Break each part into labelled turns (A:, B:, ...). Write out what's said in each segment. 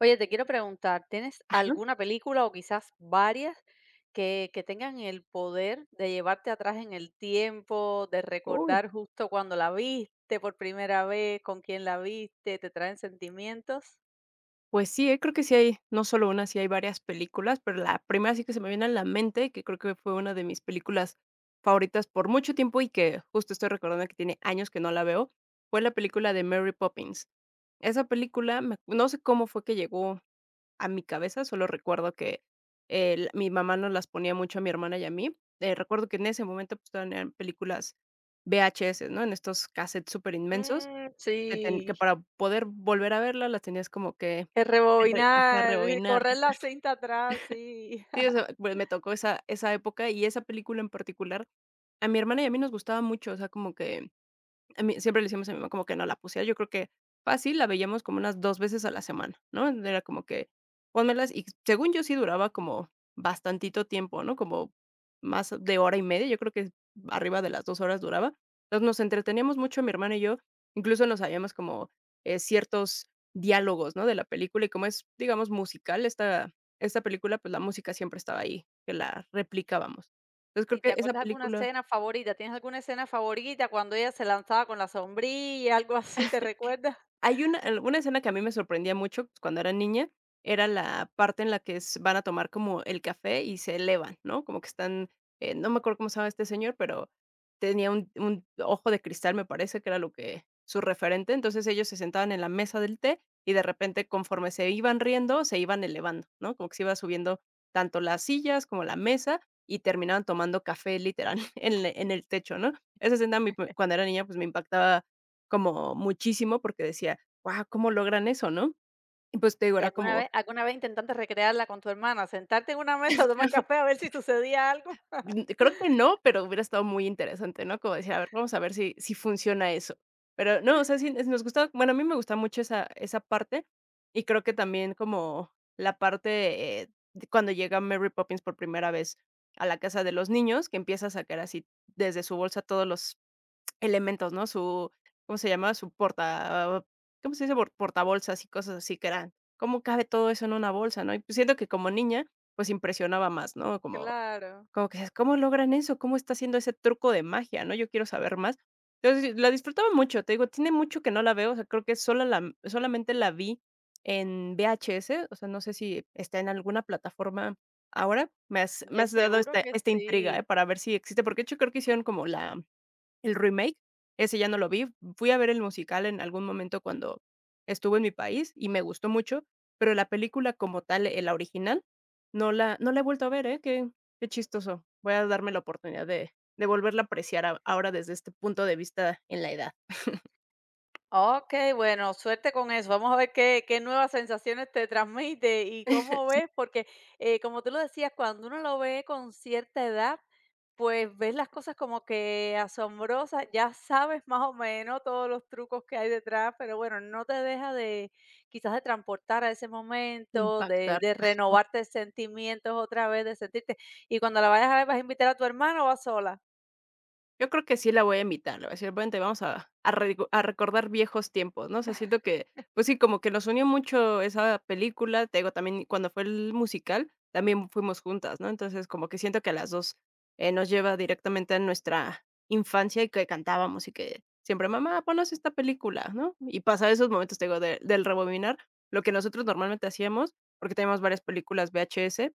A: Oye, te quiero preguntar, ¿tienes alguna película o quizás varias que, tengan el poder de llevarte atrás en el tiempo, de
B: Uy,
A: recordar justo cuando la viste por primera vez, con quién la viste, te traen sentimientos?
B: pues sí, creo que sí hay, no solo una, sí hay varias películas, pero la primera sí que se me viene a la mente, que creo que fue una de mis películas favoritas por mucho tiempo y que justo estoy recordando que tiene años que no la veo, fue la película de Mary Poppins. Esa película, no sé cómo fue que llegó a mi cabeza, solo recuerdo que mi mamá nos las ponía mucho a mi hermana y a mí. Recuerdo que en ese momento pues, todavía eran películas VHS, ¿no? En estos cassettes súper inmensos,
A: Mm,
B: que
A: sí,
B: para poder volver a verla las tenías como que
A: es
B: A re ajá,
A: rebobinar,
B: rebobinar.
A: correr la cinta atrás, sí.
B: Sí, o sea, pues, me tocó esa época, y esa película en particular, a mi hermana y a mí nos gustaba mucho, o sea, como que a mí siempre le decíamos a mi mamá como que no la pusiera, yo creo que fácil la veíamos como unas 2 veces a la semana, ¿no? Era como que pónmelas y según yo sí duraba como bastantito tiempo, ¿no? Como más de hora y media, yo creo que arriba de las 2 horas duraba. Entonces, nos entreteníamos mucho mi hermana y yo, incluso nos sabíamos como, ciertos diálogos, ¿no? De la película y como es, digamos, musical esta película, pues, la música siempre estaba ahí, que la replicábamos. Entonces, creo
A: ¿Y te
B: que esa
A: acuerdas alguna
B: película.
A: escena favorita? ¿Tienes alguna escena favorita cuando ella se lanzaba con la sombrilla, algo así, te recuerdas?
B: Hay una escena que a mí me sorprendía mucho cuando era niña, era la parte en la que s van a tomar como el café y se elevan, ¿no? Como que están, no me acuerdo cómo se llama este señor, pero tenía un ojo de cristal, me parece que era lo que su referente. Entonces, ellos se sentaban en la mesa del té y de repente, conforme se iban riendo, se iban elevando, ¿no? Como que se iba subiendo tanto las sillas como la mesa y terminaban tomando café literal en el techo, ¿no? Esa escena a mí, cuando era niña, pues me impactaba como muchísimo, porque decía: "Guau, ¿cómo logran eso?", ¿no? Y, pues, te digo,
A: ¿Y
B: era como,
A: alguna vez intentaste recrearla con tu hermana? ¿Sentarte en una mesa tomar café a ver si sucedía algo?
B: creo que no, pero hubiera estado muy interesante, ¿no? Como decía, a ver, vamos a ver si funciona eso. Pero no, o sea, sí, nos gusta, bueno, a mí me gusta mucho esa parte, y creo que también como la parte, de cuando llega Mary Poppins por primera vez a la casa de los niños, que empieza a sacar así desde su bolsa todos los elementos, ¿no? Su ¿cómo se llama? Su porta, ¿cómo se dice? Portabolsas y cosas así que eran, ¿cómo cabe todo eso en una bolsa, no? Y pues siento que como niña, pues impresionaba más, ¿no? Como
A: Claro.
B: como que decías: "¿Cómo logran eso? ¿Cómo está haciendo ese truco de magia?", ¿no? Yo quiero saber más. Entonces, la disfrutaba mucho, te digo, tiene mucho que no la veo, o sea, creo que solamente la vi en VHS, o sea, no sé si está en alguna plataforma ahora. Me
A: De
B: has dado
A: seguro
B: esta
A: que
B: esta intriga,
A: sí.
B: ¿eh? Para ver si existe, porque de hecho creo que hicieron como la el remake, ese ya no lo vi. Fui a ver el musical en algún momento cuando estuve en mi país y me gustó mucho, pero la película como tal, la original, no la he vuelto a ver, ¿eh? Qué chistoso. Voy a darme la oportunidad de volverla a apreciar a ahora desde este punto de vista en la edad,
A: Okey, bueno, suerte con eso. Vamos a ver qué nuevas sensaciones te transmite y cómo ves, porque, como tú lo decías, cuando uno lo ve con cierta edad, pues ves las cosas como que asombrosas, ya sabes más o menos todos los trucos que hay detrás, pero bueno, no te deja de, quizás, de transportar a ese
B: de
A: momento, de
B: impactar.
A: renovarte sentimientos otra vez, de sentirte. Y cuando la vayas a ver, ¿vas a invitar a tu hermano o vas sola?
B: Yo creo que sí la voy a invitar, le voy a decir: "Vente, vamos a recordar viejos tiempos", ¿no? O sea, siento que, pues sí, como que nos unió mucho esa película, te digo, también cuando fue el musical, también fuimos juntas, ¿no? Entonces, como que siento que a las 2 nos lleva directamente a nuestra infancia y que cantábamos y que siempre: "Mamá, ponnos esta película", ¿no? Y pasar esos momentos, te digo, de del rebobinar, lo que nosotros normalmente hacíamos, porque teníamos varias películas VHS,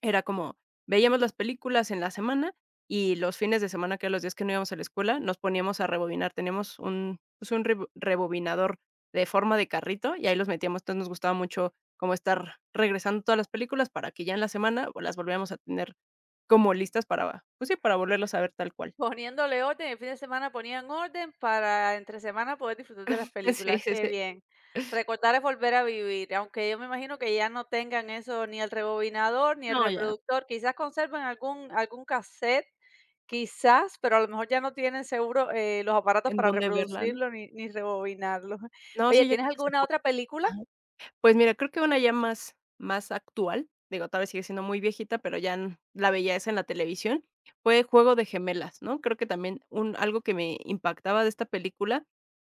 B: era como, veíamos las películas en la semana y los fines de semana, que eran los días que no íbamos a la escuela, nos poníamos a rebobinar. Teníamos un, pues, un rebobinador de forma de carrito y ahí los metíamos. Entonces nos gustaba mucho como estar regresando todas las películas para que ya en la semana o las volviéramos a tener como listas para, pues sí, para volverlas a ver tal cual.
A: Poniéndole orden, el fin de semana ponían orden para entre semana poder disfrutar de las
B: Sí,
A: películas,
B: sí,
A: qué
B: sí.
A: bien. Recordar es volver a vivir, aunque yo me imagino que ya no tengan eso ni el rebobinador ni el
B: No, ya,
A: reproductor, quizás conserven algún casete, quizás, pero a lo mejor ya no tienen seguro, los aparatos
B: en
A: para
B: dónde verla, ¿no?
A: reproducirlo ni rebobinarlo.
B: No,
A: Oye,
B: sí, yo
A: ¿tienes
B: creo que se
A: alguna
B: fue.
A: otra película?
B: Pues mira, creo que una ya más actual, digo, tal vez sigue siendo muy viejita, pero ya n la veía esa en la televisión, fue Juego de Gemelas, ¿no? Creo que también un algo que me impactaba de esta película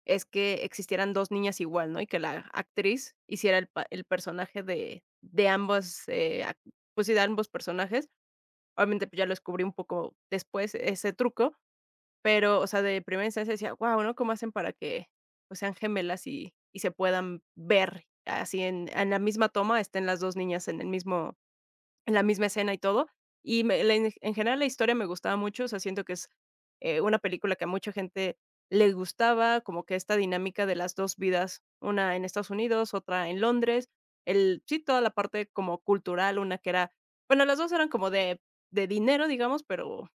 B: es que existieran 2 niñas igual, ¿no? Y que la actriz hiciera el personaje de ambos, ac pues sí, de ambos personajes. Obviamente, pues, ya lo descubrí un poco después ese truco, pero, o sea, de primera instancia decía: "Guau, ¿no? ¿Cómo hacen para que, pues, sean gemelas y se puedan ver así en la misma toma, estén las 2 niñas en el mismo en la misma escena y todo?". Y me la en general la historia me gustaba mucho, o sea, siento que es, una película que a mucha gente le gustaba, como que esta dinámica de las 2 vidas, una en Estados Unidos, otra en Londres, el sí, toda la parte como cultural, una que era, bueno, las 2 eran como de dinero, digamos, pero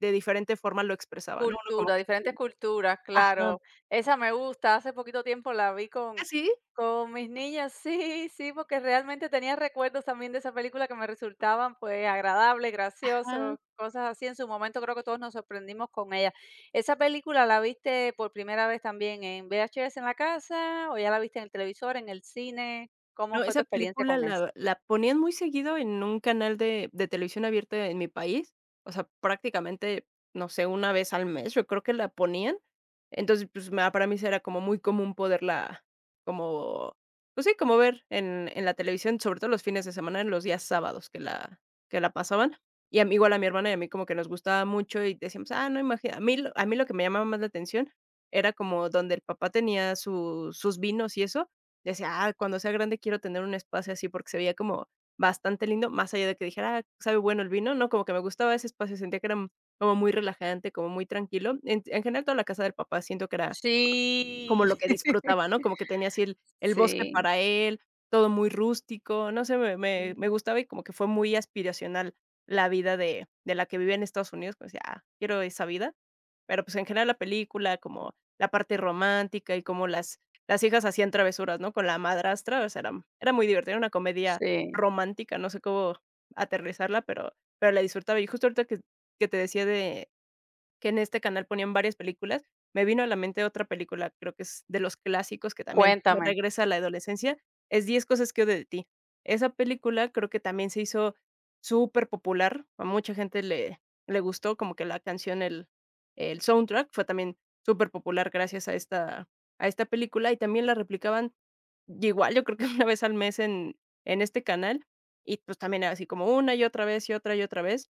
B: de diferente forma lo expresaba, ¿no? Uno como
A: Cultura,
B: que
A: diferentes
B: ten-.
A: culturas,
B: Ajá.
A: claro. Esa me gusta, hace poquito tiempo la vi
B: ¿Ah,
A: con
B: sí?
A: mis niñas. Sí, sí, porque realmente tenía recuerdos también de esa película que me resultaban, pues, agradables,
B: Ajá.
A: graciosos, cosas así. En su momento creo que todos nos sorprendimos con ella. ¿Esa película la viste por primera vez también en VHS en la casa o ya la viste en el televisor, en el cine? ¿Cómo
B: No,
A: fue
B: esa
A: tu experiencia
B: película
A: con eso?
B: la ponían muy seguido en un canal de televisión abierta en mi país, o sea, prácticamente, no sé, 1 vez al mes, yo creo que la ponían. Entonces, pues, ma para mí sí era como muy común poderla como, pues sí, como ver en la televisión, sobre todo los fines de semana, en los días sábados que la pasaban. Y a mí, igual a mi hermana y a mí como que nos gustaba mucho y decíamos: "Ah, no, imagina a mí lo que me llamaba más la atención era como donde el papá tenía su sus vinos y eso". Decía: "Ah, cuando sea grande quiero tener un espacio así", porque se veía como bastante lindo, más allá de que dijera: "Ah, sabe bueno el vino", no, como que me gustaba ese espacio, sentía que era como muy relajante, como muy tranquilo. En general, toda la casa del papá siento que era como
A: Sí.
B: lo que disfrutaba, ¿no? Como que tenía así el bosque
A: Sí,
B: para él, todo muy rústico, no sé, me
A: mm,
B: gustaba y como que fue muy aspiracional la vida de la que vivía en Estados Unidos, pues decía: "Ah, quiero esa vida". Pero, pues, en general la película, como la parte romántica y como las hijas hacían travesuras, ¿no?, con la madrastra, o sea, era era muy divertida, era una comedia
A: sí.
B: romántica, no sé cómo aterrizarla, pero la disfrutaba. Y justo ahorita que te decía de que en este canal ponían varias películas, me vino a la mente otra película, creo que es de los clásicos que también me
A: Cuéntame.
B: regresa a la adolescencia, es diez cosas que odio de ti. Esa película creo que también se hizo superpopular, a mucha gente le gustó, como que la canción, el soundtrack fue también superpopular gracias a esta película, y también la replicaban y igual, yo creo que una vez al mes en este canal, y, pues, también era así como una y otra vez, y otra vez.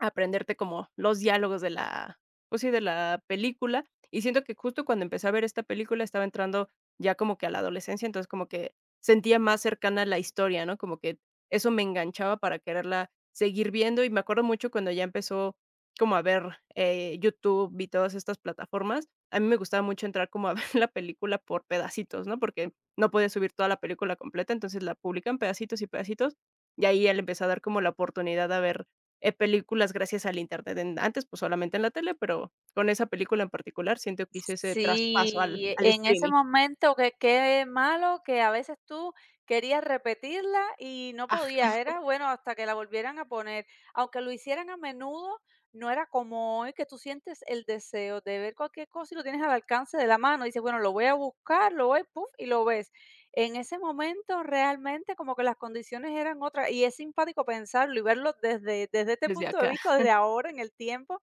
B: Aprenderte como los diálogos de la, pues sí, de la película, y siento que justo cuando empecé a ver esta película estaba entrando ya como que a la adolescencia, entonces como que sentía más cercana la historia, ¿no? Como que eso me enganchaba para quererla seguir viendo, y me acuerdo mucho cuando ya empezó como a ver, YouTube y todas estas plataformas, a mí me gustaba mucho entrar como a ver la película por pedacitos, ¿no? Porque no podía subir toda la película completa, entonces la publican pedacitos y pedacitos, y ahí ya le empecé a dar como la oportunidad a ver películas gracias al Internet. En antes, pues, solamente en la tele, pero con esa película en particular siento que hice ese traspaso al
A: Sí,
B: al
A: en ese
B: streaming.
A: momento que qué malo que a veces tú querías repetirla y no
B: Ajá,
A: podías, era bueno hasta que la volvieran a poner, aunque lo hicieran a menudo. No era como hoy que tú sientes el deseo de ver cualquier cosa y lo tienes al alcance de la mano, dices, bueno, lo voy a buscar, lo voy, puff, y lo ves. En ese momento realmente como que las condiciones eran otras y es simpático pensarlo y verlo desde, desde este
B: desde
A: punto de
B: acá.
A: vista, desde ahora en el tiempo,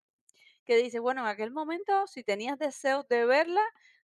A: que dices, bueno, en aquel momento, si tenías deseos de verla,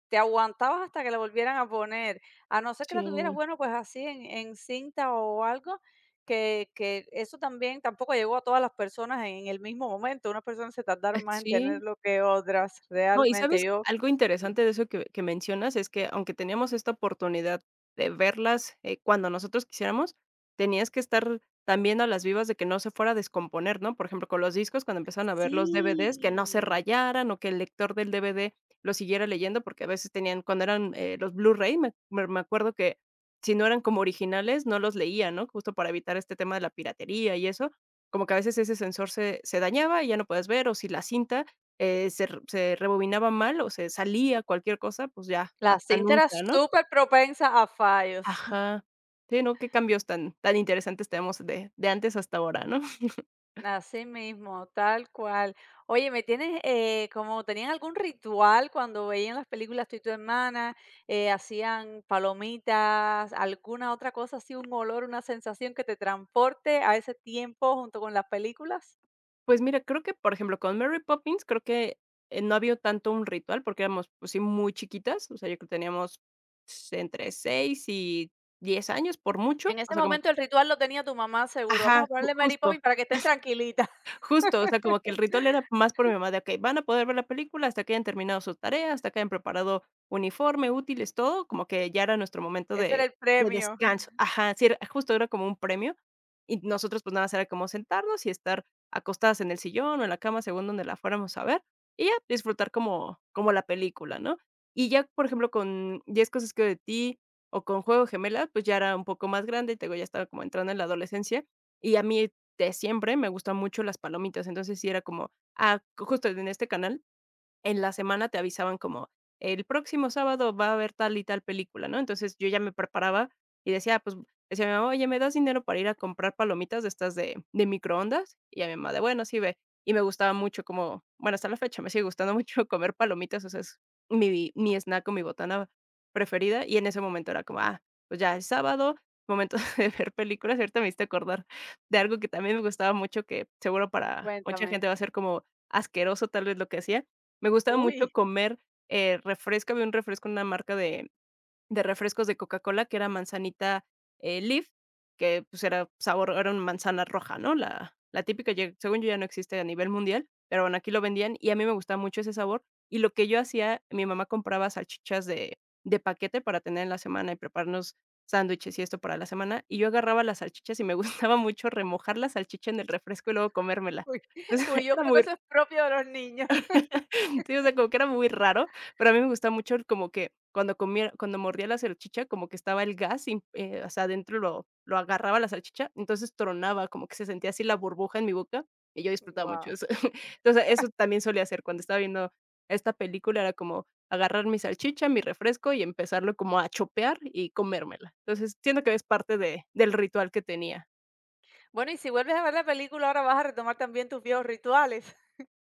A: te aguantabas hasta que la volvieran a poner. A no ser que
B: Sí,
A: la tuvieras, bueno, pues así en cinta o algo, que, eso también tampoco llegó a todas las personas en el mismo momento. Unas personas se tardaron más en
B: sí.
A: tenerlo que otras,
B: No, y
A: realmente.
B: ¿sabes?
A: Yo,
B: Algo interesante de eso que mencionas es que, aunque teníamos esta oportunidad de verlas, cuando nosotros quisiéramos, tenías que estar también a las vivas de que no se fuera a descomponer, ¿no? Por ejemplo, con los discos, cuando empezaron a ver los DVDs, que no se
A: sí,
B: rayaran o que el lector del DVD lo siguiera leyendo, porque a veces tenían cuando eran, los Blu-ray, me acuerdo que si no eran como originales, no los leía, ¿no? Justo para evitar este tema de la piratería y eso, como que a veces ese sensor se dañaba y ya no puedes ver, o si la cinta se rebobinaba mal o se salía cualquier cosa, pues ya,
A: la
B: hasta
A: cinta era
B: nunca, ¿no?
A: súper propensa a fallos.
B: Ajá. Sí, no, qué cambios tan tan interesantes tenemos de antes hasta ahora, ¿no?
A: Así mismo, tal cual. Oye, ¿me tienes como tenían algún ritual cuando veían las películas tú y tu hermana? ¿Hacían palomitas, alguna otra cosa así, un olor, una sensación que te transporte a ese tiempo junto con las películas?
B: Pues mira, creo que, por ejemplo, con Mary Poppins creo que, no había tanto un ritual porque éramos, pues sí, muy chiquitas, o sea, yo creo que teníamos entre 6 y 10 años por mucho,
A: En
B: o
A: ese
B: sea, como
A: momento el ritual lo tenía tu mamá seguro. Vamos
B: ajá,
A: a
B: ju
A: ponerle Mary
B: justo.
A: Poppins para que estén tranquilitas.
B: Justo, o sea, como que el ritual era más por mi mamá de: "Okey, van a poder ver la película hasta que hayan terminado su tarea, hasta que hayan preparado uniforme, útiles, todo", como que ya era nuestro momento
A: Ese era
B: de
A: el premio.
B: descanso. Ajá, sí, era justo era como un premio, y nosotros, pues, nada más era como sentarnos y estar acostadas en el sillón o en la cama, según donde la fuéramos a ver, y ya disfrutar como la película, ¿no? Y ya, por ejemplo, con diez cosas que odio de ti o con Juego de Gemelas, pues, ya era un poco más grande, y te digo, ya estaba como entrando en la adolescencia, y a mí de siempre me gustan mucho las palomitas, entonces sí era como, ah, justo en este canal en la semana te avisaban como, el próximo sábado va a haber tal y tal película, ¿no? Entonces yo ya me preparaba y decía, pues, decía mi mamá, oye, ¿me das dinero para ir a comprar palomitas de estas de microondas? Y ya mi mamá, de bueno, sí ve. Y me gustaba mucho como, bueno, hasta la fecha me sigue gustando mucho comer palomitas, o sea, es mi snack o mi botana preferida. Y en ese momento era como, ah, pues ya es sábado, momento de ver películas. Ahorita me hiciste acordar de algo que también me gustaba mucho, que seguro para mucha
A: Cuéntame.
B: gente va a ser como asqueroso tal vez lo que hacía, me gustaba mucho
A: Uy,
B: comer, refresco, había un refresco, una marca de refrescos de Coca-Cola que era manzanita, Lief, que, pues, era sabor era una manzana roja, ¿no? La la típica, ya según yo, ya no existe a nivel mundial, pero bueno, aquí lo vendían y a mí me gustaba mucho ese sabor. Y lo que yo hacía, mi mamá compraba salchichas de paquete para tener en la semana y prepararnos sándwiches y esto para la semana, y yo agarraba las salchichas y me gustaba mucho remojar la salchicha en el refresco y luego comérmela.
A: uy,
B: Entonces,
A: uy, yo
B: era
A: creo que
B: muy
A: eso es propio de los niños.
B: sí, o sea, como que era muy raro, pero a mí me gustaba mucho el como que cuando mordía la salchicha, como que estaba el gas y, o sea, adentro lo agarraba la salchicha, entonces tronaba, como que se sentía así la burbuja en mi boca, y yo disfrutaba mucho
A: Guau.
B: eso. Entonces, eso también solía hacer cuando estaba viendo esta película, era como agarrar mi salchicha, mi refresco y empezarlo como a chopear y comérmela. Entonces, siento que es parte de del ritual que tenía.
A: Bueno, y si vuelves a ver la película, ahora vas a retomar también tus viejos rituales.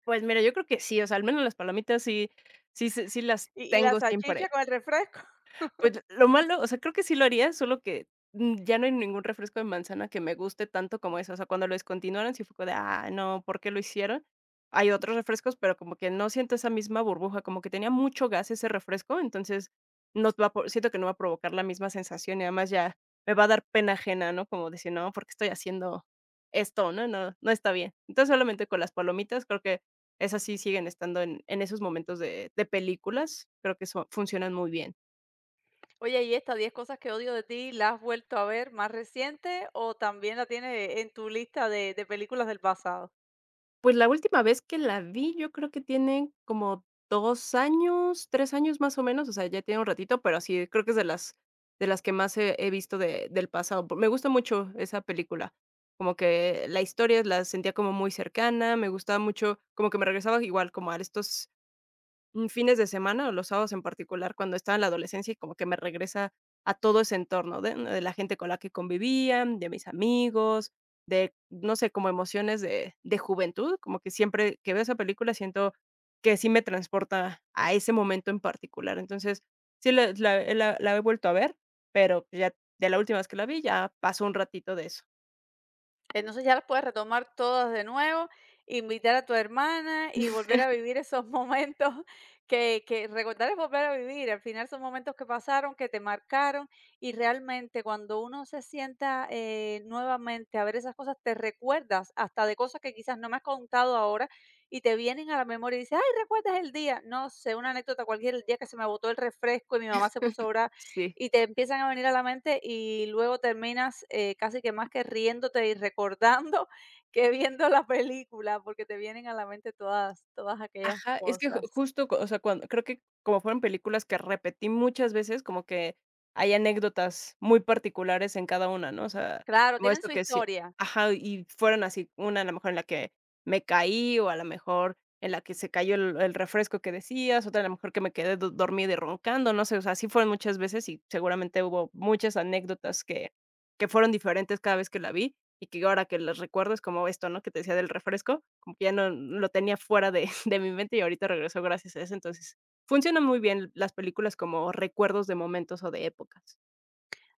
B: Pues mira, yo creo que sí, o sea, al menos las palomitas sí las
A: Y la
B: tengo
A: salchicha
B: siempre.
A: con el refresco.
B: Pues, lo malo o sea, creo que sí lo haría, solo que, mm, ya no hay ningún refresco de manzana que me guste tanto como eso. O sea, cuando lo descontinuaron sí fue como de: "Ah, no, ¿por qué lo hicieron?". Hay otros refrescos, pero como que no siento esa misma burbuja, como que tenía mucho gas ese refresco, entonces no va po siento que no va a provocar la misma sensación y además ya me va a dar pena ajena, ¿no? Como decir: "No, ¿por qué estoy haciendo esto?", ¿no? No, no está bien. Entonces, solamente con las palomitas, creo que esas sí siguen estando en esos momentos de películas, creo que eso funcionan muy bien.
A: Oye, y estas 10 cosas que odio de ti, ¿las has vuelto a ver más reciente o también la tienes en tu lista de películas del pasado?
B: Pues la última vez que la vi, yo creo que tiene como 2 años, 3 años más o menos, o sea, ya tiene un ratito, pero sí, creo que es de las que más he visto de del pasado. Me gusta mucho esa película, como que la historia la sentía como muy cercana, me gustaba mucho, como que me regresaba igual como a estos mm, fines de semana o los sábados en particular, cuando estaba en la adolescencia y como que me regresa a todo ese entorno de ¿no? de la gente con la que convivía, de mis amigos, de, no sé, como emociones de juventud, como que siempre que veo esa película siento que sí me transporta a ese momento en particular. Entonces, sí la he vuelto a ver, pero ya de la última vez que la vi, ya pasó un ratito de eso.
A: Entonces ya las puedes retomar todas de nuevo, invitar a tu hermana y volver a vivir esos momentos que, recordar es volver a vivir. Al final son momentos que pasaron, que te marcaron y realmente cuando uno se sienta nuevamente a ver esas cosas, te recuerdas hasta de cosas que quizás no me has contado ahora y te vienen a la memoria y dices, ay, ¿recuerdas el día? No sé, una anécdota cualquier, el día que se me botó el refresco y mi mamá se puso a,
B: Sí.
A: y te empiezan a venir a la mente y luego terminas, casi que más que riéndote y recordando que viendo la película, porque te vienen a la mente todas, todas aquellas
B: Ajá, es que ju
A: cosas.
B: justo, o sea, cuando creo que como fueron películas que repetí muchas veces, como que hay anécdotas muy particulares en cada una, ¿no? O sea,
A: Claro,
B: como
A: tienen
B: esto
A: su
B: que sí
A: historia.
B: ajá, y fueron así, una a lo mejor en la que me caí, o a lo mejor en la que se cayó el refresco que decías, otra a lo mejor que me quedé do dormida y roncando, no sé, o sea, sí fueron muchas veces y seguramente hubo muchas anécdotas que fueron diferentes cada vez que la vi, y que ahora que las recuerdo es como esto, ¿no? Que te decía del refresco, como que ya no lo tenía fuera de de mi mente y ahorita regresó gracias a eso. Entonces, funcionan muy bien las películas como recuerdos de momentos o de épocas.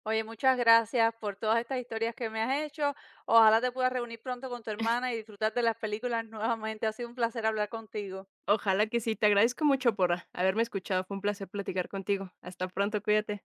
A: Oye, muchas gracias por todas estas historias que me has hecho. Ojalá te puedas reunir pronto con tu hermana y disfrutar de las películas nuevamente. Ha sido un placer hablar contigo.
B: Ojalá que sí. Te agradezco mucho por haberme escuchado. Fue un placer platicar contigo. Hasta pronto, cuídate.